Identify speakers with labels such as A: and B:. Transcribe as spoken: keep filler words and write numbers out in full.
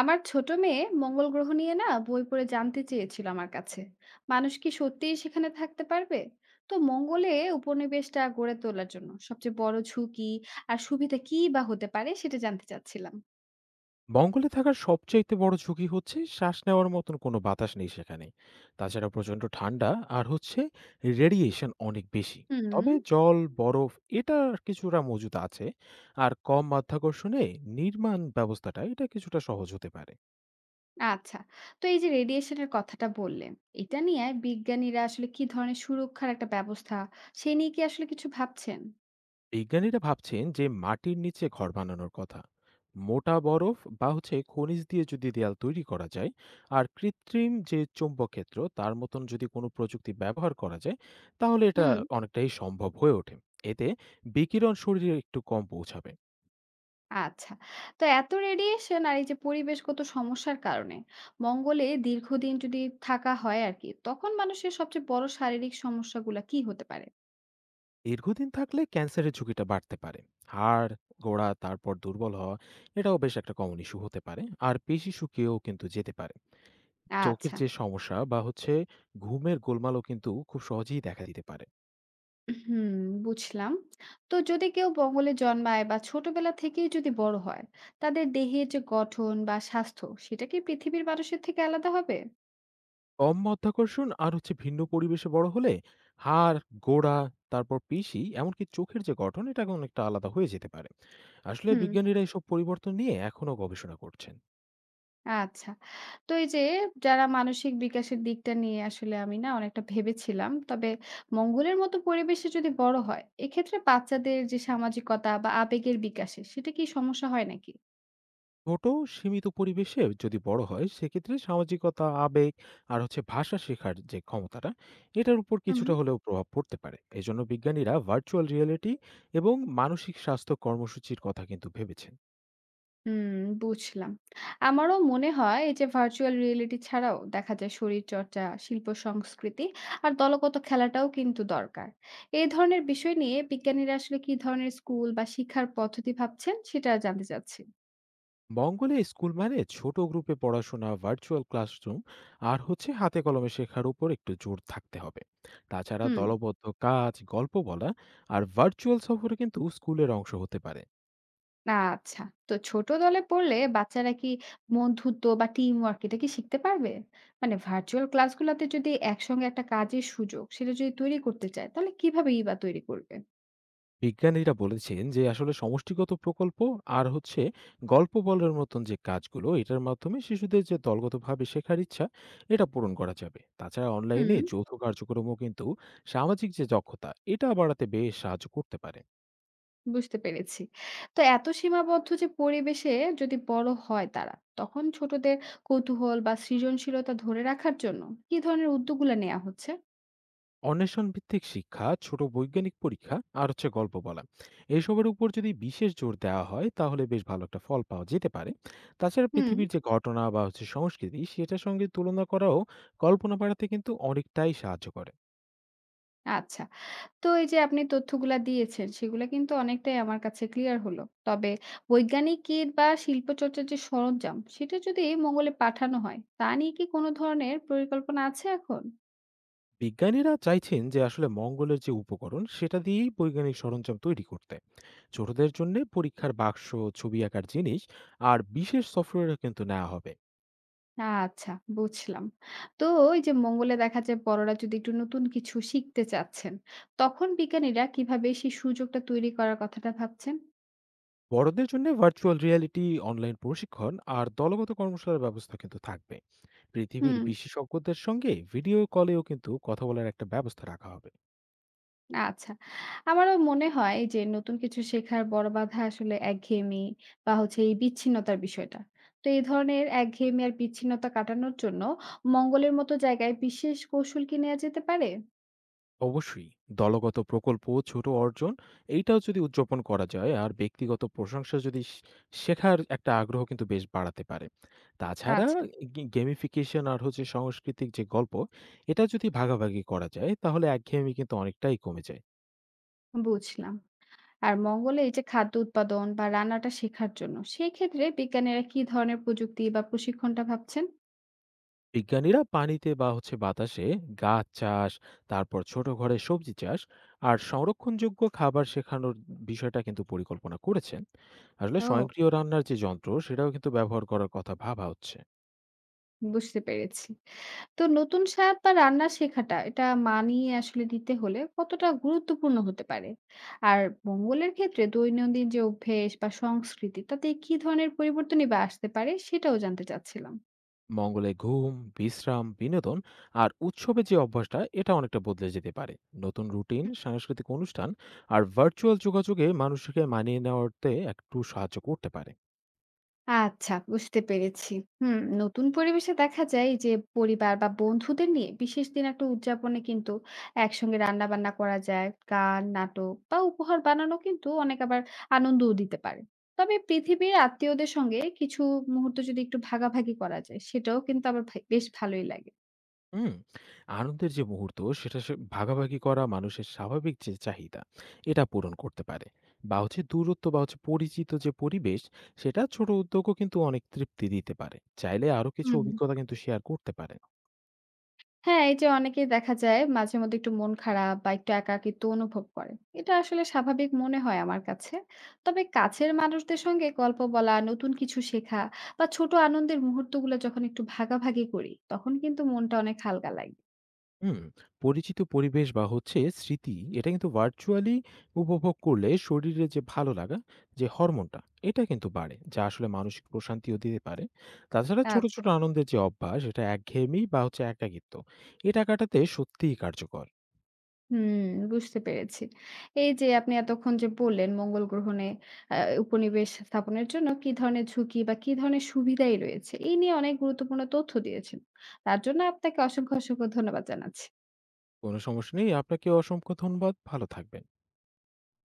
A: আমার ছোট মেয়ে মঙ্গল গ্রহ নিয়ে না বই পড়ে জানতে চেয়েছিল আমার কাছে মানুষ কি সত্যিই সেখানে থাকতে পারবে। তো মঙ্গলে উপনিবেশটা গড়ে তোলার জন্য সবচেয়ে বড় ঝুঁকি আর সুবিধা কি বা হতে পারে সেটা জানতে চাচ্ছিলাম।
B: জঙ্গলে থাকার সবচাইতে বড় ঝুঁকি হচ্ছে শ্বাস নেওয়ার মতন কোনো বাতাস নেই সেখানে। তাছাড়া প্রচণ্ড ঠান্ডা আর হচ্ছে রেডিয়েশন অনেক বেশি।
A: হুম।
B: তবে জল বরফ এটা কিছুটা মজুত আছে। আর কম মাধ্যাকর্ষণে নির্মাণ ব্যবস্থাটা এটা কিছুটা সহজ হতে পারে।
A: আচ্ছা। তো এই যে রেডিয়েশনের কথাটা বললেন, এটা নিয়ে বিজ্ঞানীরা আসলে কি ধরনের সুরক্ষার একটা ব্যবস্থা সে নিয়ে কি আসলে কিছু ভাবছেন?
B: বিজ্ঞানীরা ভাবছেন যে মাটির নিচে ঘর বানানোর কথা। মোটা বরফ বা হচ্ছে খনিজ দিয়ে যদি দেয়াল তৈরি করা যায়, আর কৃত্রিম যে চৌম্বক ক্ষেত্র তার মতন যদি কোনো প্রযুক্তি ব্যবহার করা যায়, তাহলে এটা
A: হুম।
B: অনেকটাই সম্ভব হয়ে ওঠে। এতে বিকিরণ শরীরে একটু কম পৌঁছাবে।
A: আচ্ছা। তো এত রেডিয়েশন আর এই যে পরিবেশগত সমস্যার কারণে মঙ্গলে দীর্ঘদিন যদি থাকা হয় আরকি, তখন মানুষের সবচেয়ে বড় শারীরিক সমস্যাগুলা কি হতে পারে?
B: দীর্ঘদিন থাকলে ক্যান্সারের ঝুঁকিটা বাড়তে পারে। হাড় গোড়া তারপর দুর্বল হওয়া এটাও বেশ একটা কমন ইস্যু হতে পারে, আর পেশি শুকিয়েও কিন্তু যেতে পারে। চোখের
A: আচ্ছা।
B: যে সমস্যা বা হচ্ছে ঘুমের গোলমালও কিন্তু খুব সহজেই দেখা দিতে পারে।
A: হুম, বুঝলাম। তো যদি কেউ মঙ্গলে জন্মায় বা ছোটবেলা থেকেই যদি বড় হয়, তাদের দেহের যে গঠন বা স্বাস্থ্য, সেটা কি পৃথিবীর মানুষের থেকে আলাদা হবে?
B: কম মাধ্যাকর্ষণ আর হচ্ছে ভিন্ন পরিবেশে বড় হলে হাড় গোড়া তারপর পেশি এমনকি চোখের যে গঠন এটা অনেকটা আলাদা হয়ে যেতে পারে। আসলে
A: হুম।
B: বিজ্ঞানীরা এসব পরিবর্তন নিয়ে এখনো গবেষণা করছেন।
A: আচ্ছা। তো এই যে যারা মানসিক বিকাশের দিকটা নিয়ে আসলে আমি না অনেকটা ভেবেছিলাম। তবে মঙ্গলের মতো পরিবেশে যদি বড় হয়, এক্ষেত্রে বাচ্চাদের যে সামাজিকতা বা আবেগের বিকাশে সেটা কি সমস্যা হয় নাকি?
B: ছোট সীমিত পরিবেশে যদি বড় হয় সেক্ষেত্রে সামাজিকতা, আবেগ আর হচ্ছে ভাষা শেখার যে ক্ষমতাটা এটার উপর
A: হুম।
B: কিছুটা হলেও প্রভাব পড়তে পারে। এজন্য বিজ্ঞানীরা ভার্চুয়াল রিয়েলিটি এবং মানসিক স্বাস্থ্য কর্মসূচির কথা কিন্তু ভেবেছেন।
A: হুম, বুঝলাম। আমারও মনে হয় এই যে ভার্চুয়াল রিয়েলিটি ছাড়াও দেখা যায় শরীরচর্চা, শিল্প সংস্কৃতি আর দলগত খেলাটাও কিন্তু দরকার। এই ধরনের বিষয় নিয়ে বিজ্ঞানীরা আসলে কি ধরনের স্কুল বা শিক্ষার পদ্ধতি ভাবছেন সেটা জানতে চাচ্ছি।
B: বঙ্গলে স্কুল মানে ছোট গ্রুপে পড়াশোনা, ভার্চুয়াল ক্লাসরুম আর হচ্ছে হাতে কলমে শেখার উপর একটু জোর থাকতে হবে। তাছাড়া
A: হুম।
B: দলবদ্ধ কাজ, গল্প বলা আর ভার্চুয়াল সফরে কিন্তু স্কুলের অংশ হতে পারে।
A: আচ্ছা। তো ছোট দলে পড়লে বাচ্চারা কি বন্ধুত্ব বা টিম ওয়ার্ক এটা কি শিখতে পারবে? মানে ভার্চুয়াল ক্লাসগুলাতে যদি একসঙ্গে একটা কাজের সুযোগ সেটা যদি তৈরি করতে চায় তাহলে কিভাবেই বা তৈরি করবে?
B: বিজ্ঞানীরা বলেছেন যে আসলে সমষ্টিগত প্রকল্প আর হচ্ছে গল্প বলার মতন যে কাজগুলো, এটার মাধ্যমে শিশুদের যে দলগতভাবে শেখার ইচ্ছা এটা পূরণ করা যাবে। তাছাড়া
A: হুম,
B: অনলাইনে যৌথ কার্যক্রমও কিন্তু সামাজিক যে দক্ষতা এটা বাড়াতে বেশ সাহায্য করতে পারে।
A: বুঝতে পেরেছি। তো এত সীমাবদ্ধ যে পরিবেশে যদি বড় হয় তারা, তখন ছোটদের কৌতূহল বা সৃজনশীলতা ধরে রাখার জন্য কি ধরনের উদ্যোগগুলো নেওয়া হচ্ছে?
B: অন্বেষণ ভিত্তিক শিক্ষা, ছোট বৈজ্ঞানিক পরীক্ষা আর হচ্ছে গল্প বলা, এসবের উপর যদি বিশেষ জোর দেওয়া হয় তাহলে বেশ ভালো একটা ফল পাওয়া যেতে পারে। তাছাড়া
A: হুম।
B: পৃথিবীর যে ঘটনা বা হচ্ছে সংস্কৃতি সেটার সঙ্গে তুলনা করাও কল্পনা বাড়াতে কিন্তু অনেকটাই সাহায্য করে।
A: আচ্ছা। তো এই যে আপনি তথ্যগুলা দিয়েছেন, সেগুলা কিন্তু অনেকটাই আমার কাছে ক্লিয়ার হলো। তবে বৈজ্ঞানিক কিট বা শিল্পচর্চার যে সরঞ্জাম, সেটা যদি মঙ্গলে পাঠানো হয়, তা নিয়ে কি কোনো ধরনের পরিকল্পনা আছে এখন?
B: বিজ্ঞানীরা চাইছেন যে আসলে মঙ্গলের যে উপকরণ সেটা দিয়েই বৈজ্ঞানিক সরঞ্জাম তৈরি করতে। ছোটদের জন্য পরীক্ষার বাক্স, ছবি আঁকার জিনিস আর বিশেষ সফটওয়্যারও কিন্তু নেওয়া হবে।
A: আচ্ছা, বুঝলাম। তো এই যে মঙ্গলে দেখা যায় বড়রা যদি একটু নতুন কিছু শিখতে চাচ্ছেন, তখন বিজ্ঞানীরা কিভাবে সেই সুযোগটা তৈরি করার কথাটা ভাবছেন?
B: বড়দের জন্য ভার্চুয়াল রিয়ালিটি, অনলাইন প্রশিক্ষণ আর দলগত কর্মশালার ব্যবস্থা কিন্তু থাকবে। পৃথিবীর
A: হুম।
B: বিশেষজ্ঞদের সঙ্গে ভিডিও কলেও কিন্তু কথা বলার একটা ব্যবস্থা রাখা হবে।
A: আচ্ছা। আমারও মনে হয় যে নতুন কিছু শেখার বড় বাধা আসলে একঘেয়েমি বা হচ্ছে এই বিচ্ছিন্নতার বিষয়টা। তো এই ধরনের একঘেয়েমি আর বিচ্ছিন্নতা কাটানোর জন্য মঙ্গলের মতো জায়গায় বিশেষ কৌশল কি নেওয়া যেতে পারে?
B: অবশ্যই দলগত প্রকল্প, ছোট অর্জন এইটাও যদি উদযাপন করা যায় আর ব্যক্তিগত প্রশংসা যদি শ- শেখার একটা আগ্রহ কিন্তু বেশ বাড়াতে পারে। তাছাড়া
A: আচ্ছা,
B: গেমিফিকেশন আর হচ্ছে সাংস্কৃতিক যে গল্প এটা যদি ভাগাভাগি করা যায় তাহলে একঘেয়েমি কিন্তু অনেকটাই কমে যায়।
A: বুঝলাম। আর মঙ্গলে এই যে খাদ্য উৎপাদন বা রান্নাটা শেখার জন্য, সেক্ষেত্রে বিজ্ঞানীরা কি ধরনের প্রযুক্তি বা প্রশিক্ষণটা ভাবছেন?
B: বিজ্ঞানীরা পানিতে বা হচ্ছে বাতাসে গাছ চাষ, তারপর ছোট ঘরে সবজি চাষ আর সংরক্ষণযোগ্য খাবার শেখানোর বিষয়টা কিন্তু পরিকল্পনা করেছেন। আসলে
A: ও,
B: স্বয়ংক্রিয় রান্নার যে যন্ত্র সেটাও কিন্তু ব্যবহার করার কথা ভাবা হচ্ছে।
A: বুঝতে পেরেছি। তো নতুন স্বাদ বা রান্না শেখাটা এটা মানিয়ে আসলে নিতে হলে কতটা গুরুত্বপূর্ণ হতে পারে, আর মঙ্গলের ক্ষেত্রে দৈনন্দিন যে অভ্যেস বা সংস্কৃতি তাতে কি ধরনের পরিবর্তনই বা আসতে পারে সেটাও জানতে চাচ্ছিলাম।
B: মঙ্গলে ঘুম, বিশ্রাম, বিনোদন আর উৎসবে যে অভ্যাসটা এটা অনেকটা বদলে যেতে পারে। নতুন রুটিন, সাংস্কৃতিক অনুষ্ঠান আর ভার্চুয়াল যোগাযোগে মানুষকে মানিয়ে নেওয়াতে একটু সাহায্য করতে পারে।
A: আচ্ছা, বুঝতে পেরেছি। হুম, নতুন পরিবেশে দেখা যায় যে পরিবার বা বন্ধুদের নিয়ে বিশেষ দিন একটা উদযাপনে কিন্তু একসঙ্গে রান্নাবান্না করা যায়। গান, নাটক বা উপহার বানানো কিন্তু অনেক আবার আনন্দও দিতে পারে। তবে পৃথিবীর আত্মীয়দের সঙ্গে কিছু মুহূর্ত যদি একটু ভাগাভাগি করা যায় সেটাও কিন্তু আবার ভাই বেশ ভালোই লাগে।
B: হুম, আনন্দের যে মুহূর্ত সেটা সে ভাগাভাগি করা মানুষের স্বাভাবিক যে চাহিদা এটা পূরণ করতে পারে। বা হচ্ছে দূরত্ব বা হচ্ছে পরিচিত যে পরিবেশ, সেটা ছোট উদ্যোগও কিন্তু অনেক তৃপ্তি দিতে পারে। চাইলে আরো কিছু
A: হুম।
B: অভিজ্ঞতা কিন্তু শেয়ার করতে পারে।
A: হ্যাঁ, এই যে অনেকেই দেখা যায় মাঝে মধ্যে একটু মন খারাপ বা একটু একাকিত্ব অনুভব করে। এটা আসলে স্বাভাবিক মনে হয় আমার কাছে। তবে কাছের মানুষদের সঙ্গে গল্প বলা, নতুন কিছু শেখা বা ছোট আনন্দের মুহূর্তগুলো যখন একটু ভাগাভাগি করি, তখন কিন্তু মনটা অনেক হালকা লাগে।
B: হুম, পরিচিত পরিবেশ বা হচ্ছে স্মৃতি এটা কিন্তু ভার্চুয়ালি উপভোগ করলে শরীরে যে ভালো লাগা যে হরমোনটা এটা কিন্তু বাড়ে, যা আসলে মানসিক প্রশান্তিও দিতে পারে। তাছাড়া ছোট
A: আচ্ছা।
B: ছোট আনন্দের যে অভ্যাস এটা একঘেয়েমি বা হচ্ছে একাকিত্ব এটা কাটাতে সত্যিই কার্যকর।
A: হুম, বুঝতে পেরেছি। এই যে আপনি এতক্ষণ যে বললেন মঙ্গল গ্রহণে আ উপনিবেশ স্থাপনের জন্য কি ধরনের ঝুঁকি বা কি ধরনের সুবিধাই রয়েছে, এই নিয়ে অনেক গুরুত্বপূর্ণ তথ্য দিয়েছেন। তার জন্য আপনাকে অসংখ্য, অসংখ্য ধন্যবাদ জানাচ্ছি।
B: কোনো সমস্যা নেই, আপনাকে অসংখ্য ধন্যবাদ, ভালো থাকবেন।